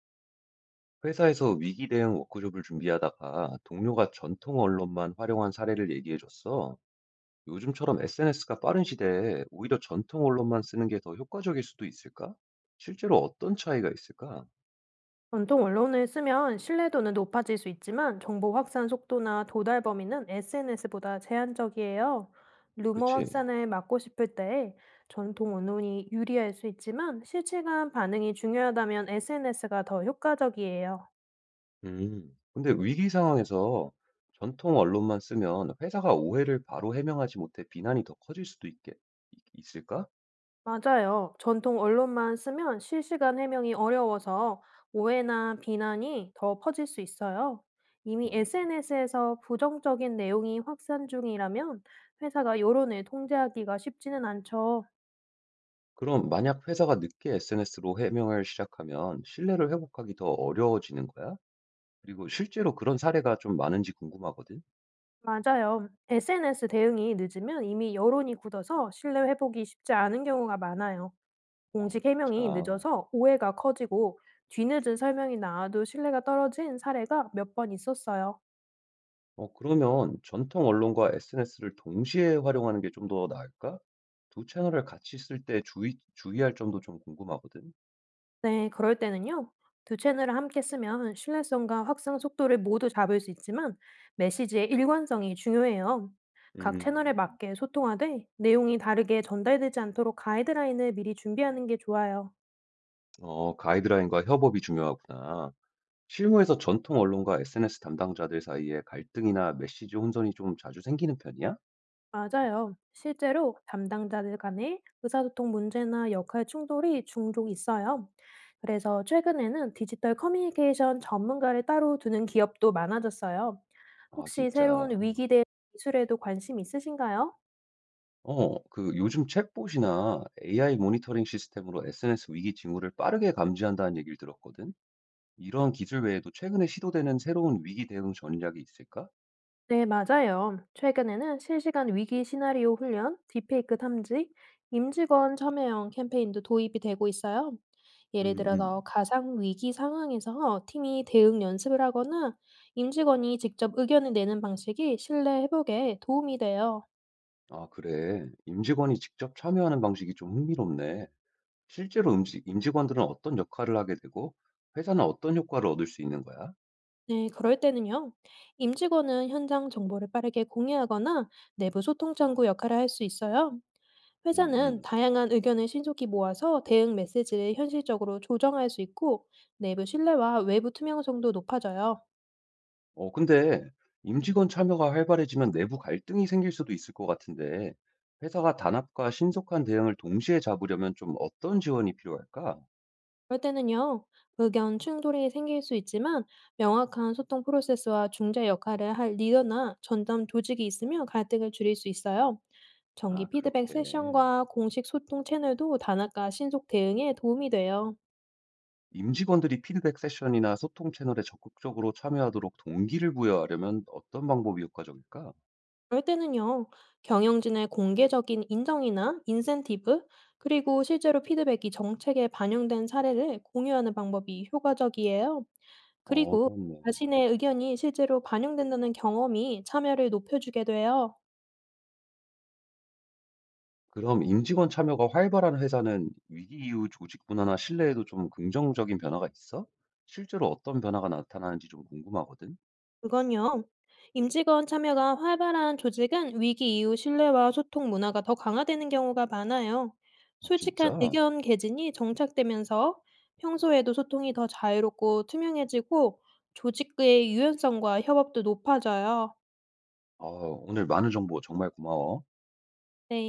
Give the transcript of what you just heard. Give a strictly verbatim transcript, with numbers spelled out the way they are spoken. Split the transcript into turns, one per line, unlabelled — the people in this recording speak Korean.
회사에서 위기 대응 워크숍을 준비하다가 동료가 전통 언론만 활용한 사례를 얘기해줬어. 요즘처럼 에스엔에스가 빠른 시대에 오히려 전통 언론만 쓰는 게 더 효과적일 수도 있을까? 실제로 어떤 차이가 있을까?
전통 언론을 쓰면 신뢰도는 높아질 수 있지만 정보 확산 속도나 도달 범위는 에스엔에스보다 제한적이에요. 루머
그치.
확산을 막고 싶을 때에 전통 언론이 유리할 수 있지만 실시간 반응이 중요하다면 에스엔에스가 더 효과적이에요.
음. 근데 위기 상황에서 전통 언론만 쓰면 회사가 오해를 바로 해명하지 못해 비난이 더 커질 수도 있게, 있- 있을까?
맞아요. 전통 언론만 쓰면 실시간 해명이 어려워서 오해나 비난이 더 퍼질 수 있어요. 이미
어.
에스엔에스에서 부정적인 내용이 확산 중이라면 회사가 여론을 통제하기가 쉽지는 않죠.
그럼 만약 회사가 늦게 에스엔에스로 해명을 시작하면 신뢰를 회복하기 더 어려워지는 거야? 그리고 실제로 그런 사례가 좀 많은지 궁금하거든.
맞아요. 에스엔에스 대응이 늦으면 이미 여론이 굳어서 신뢰 회복이 쉽지 않은 경우가 많아요.
어,
공식 해명이
진짜.
늦어서 오해가 커지고 뒤늦은 설명이 나와도 신뢰가 떨어진 사례가 몇 번 있었어요.
어, 그러면 전통 언론과 에스엔에스를 동시에 활용하는 게 좀 더 나을까? 두 채널을 같이 쓸 때 주의 주의할 점도 좀 궁금하거든.
네, 그럴 때는요. 두 채널을 함께 쓰면 신뢰성과 확산 속도를 모두 잡을 수 있지만 메시지의 일관성이 중요해요. 각 채널에
음.
맞게 소통하되 내용이 다르게 전달되지 않도록 가이드라인을 미리 준비하는 게 좋아요.
어, 가이드라인과 협업이 중요하구나. 실무에서 전통 언론과 에스엔에스 담당자들 사이에 갈등이나 메시지 혼선이 좀 자주 생기는 편이야?
맞아요. 실제로 담당자들 간의 의사소통 문제나 역할 충돌이 종종 있어요. 그래서 최근에는 디지털 커뮤니케이션 전문가를 따로 두는 기업도 많아졌어요.
아,
혹시
진짜.
새로운 위기 대응 기술에도 관심 있으신가요?
어, 그 요즘 챗봇이나 에이아이 모니터링 시스템으로 에스엔에스 위기 징후를 빠르게 감지한다는 얘기를 들었거든. 이런 기술 외에도 최근에 시도되는 새로운 위기 대응 전략이 있을까?
네, 맞아요. 최근에는 실시간 위기 시나리오 훈련, 딥페이크 탐지, 임직원 참여형 캠페인도 도입이 되고 있어요. 예를
음,
들어서
음.
가상 위기 상황에서 팀이 대응 연습을 하거나 임직원이 직접 의견을 내는 방식이 신뢰 회복에 도움이 돼요.
아, 그래. 임직원이 직접 참여하는 방식이 좀 흥미롭네. 실제로 임직, 임직원들은 어떤 역할을 하게 되고, 회사는 어떤 효과를 얻을 수 있는 거야?
네, 그럴 때는요. 임직원은 현장 정보를 빠르게 공유하거나 내부 소통 창구 역할을 할 수 있어요.
음, 음, 음.
회사는 다양한 의견을 신속히 모아서 대응 메시지를 현실적으로 조정할 수 있고 내부 신뢰와 외부 투명성도 높아져요.
어, 근데 임직원 참여가 활발해지면 내부 갈등이 생길 수도 있을 것 같은데, 회사가 단합과 신속한 대응을 동시에 잡으려면 좀 어떤 지원이 필요할까?
그럴 때는요, 의견 충돌이 생길 수 있지만 명확한 소통 프로세스와 중재 역할을 할 리더나 전담 조직이 있으면 갈등을 줄일 수 있어요. 정기
아,
피드백
그렇게.
세션과 공식 소통 채널도 단합과 신속 대응에 도움이 돼요.
임직원들이 피드백 세션이나 소통 채널에 적극적으로 참여하도록 동기를 부여하려면 어떤 방법이 효과적일까?
그럴 때는요, 경영진의 공개적인 인정이나 인센티브, 그리고 실제로 피드백이 정책에 반영된 사례를 공유하는 방법이 효과적이에요.
어,
그리고
그렇네.
자신의 의견이 실제로 반영된다는 경험이 참여를 높여주게 돼요.
그럼 임직원 참여가 활발한 회사는 위기 이후 조직 문화나 신뢰에도 좀 긍정적인 변화가 있어? 실제로 어떤 변화가 나타나는지 좀 궁금하거든?
그건요. 임직원 참여가 활발한 조직은 위기 이후 신뢰와 소통 문화가 더 강화되는 경우가 많아요.
어,
솔직한
진짜?
의견 개진이 정착되면서 평소에도 소통이 더 자유롭고 투명해지고 조직의 유연성과 협업도 높아져요.
아, 오늘 많은 정보 정말 고마워.
네.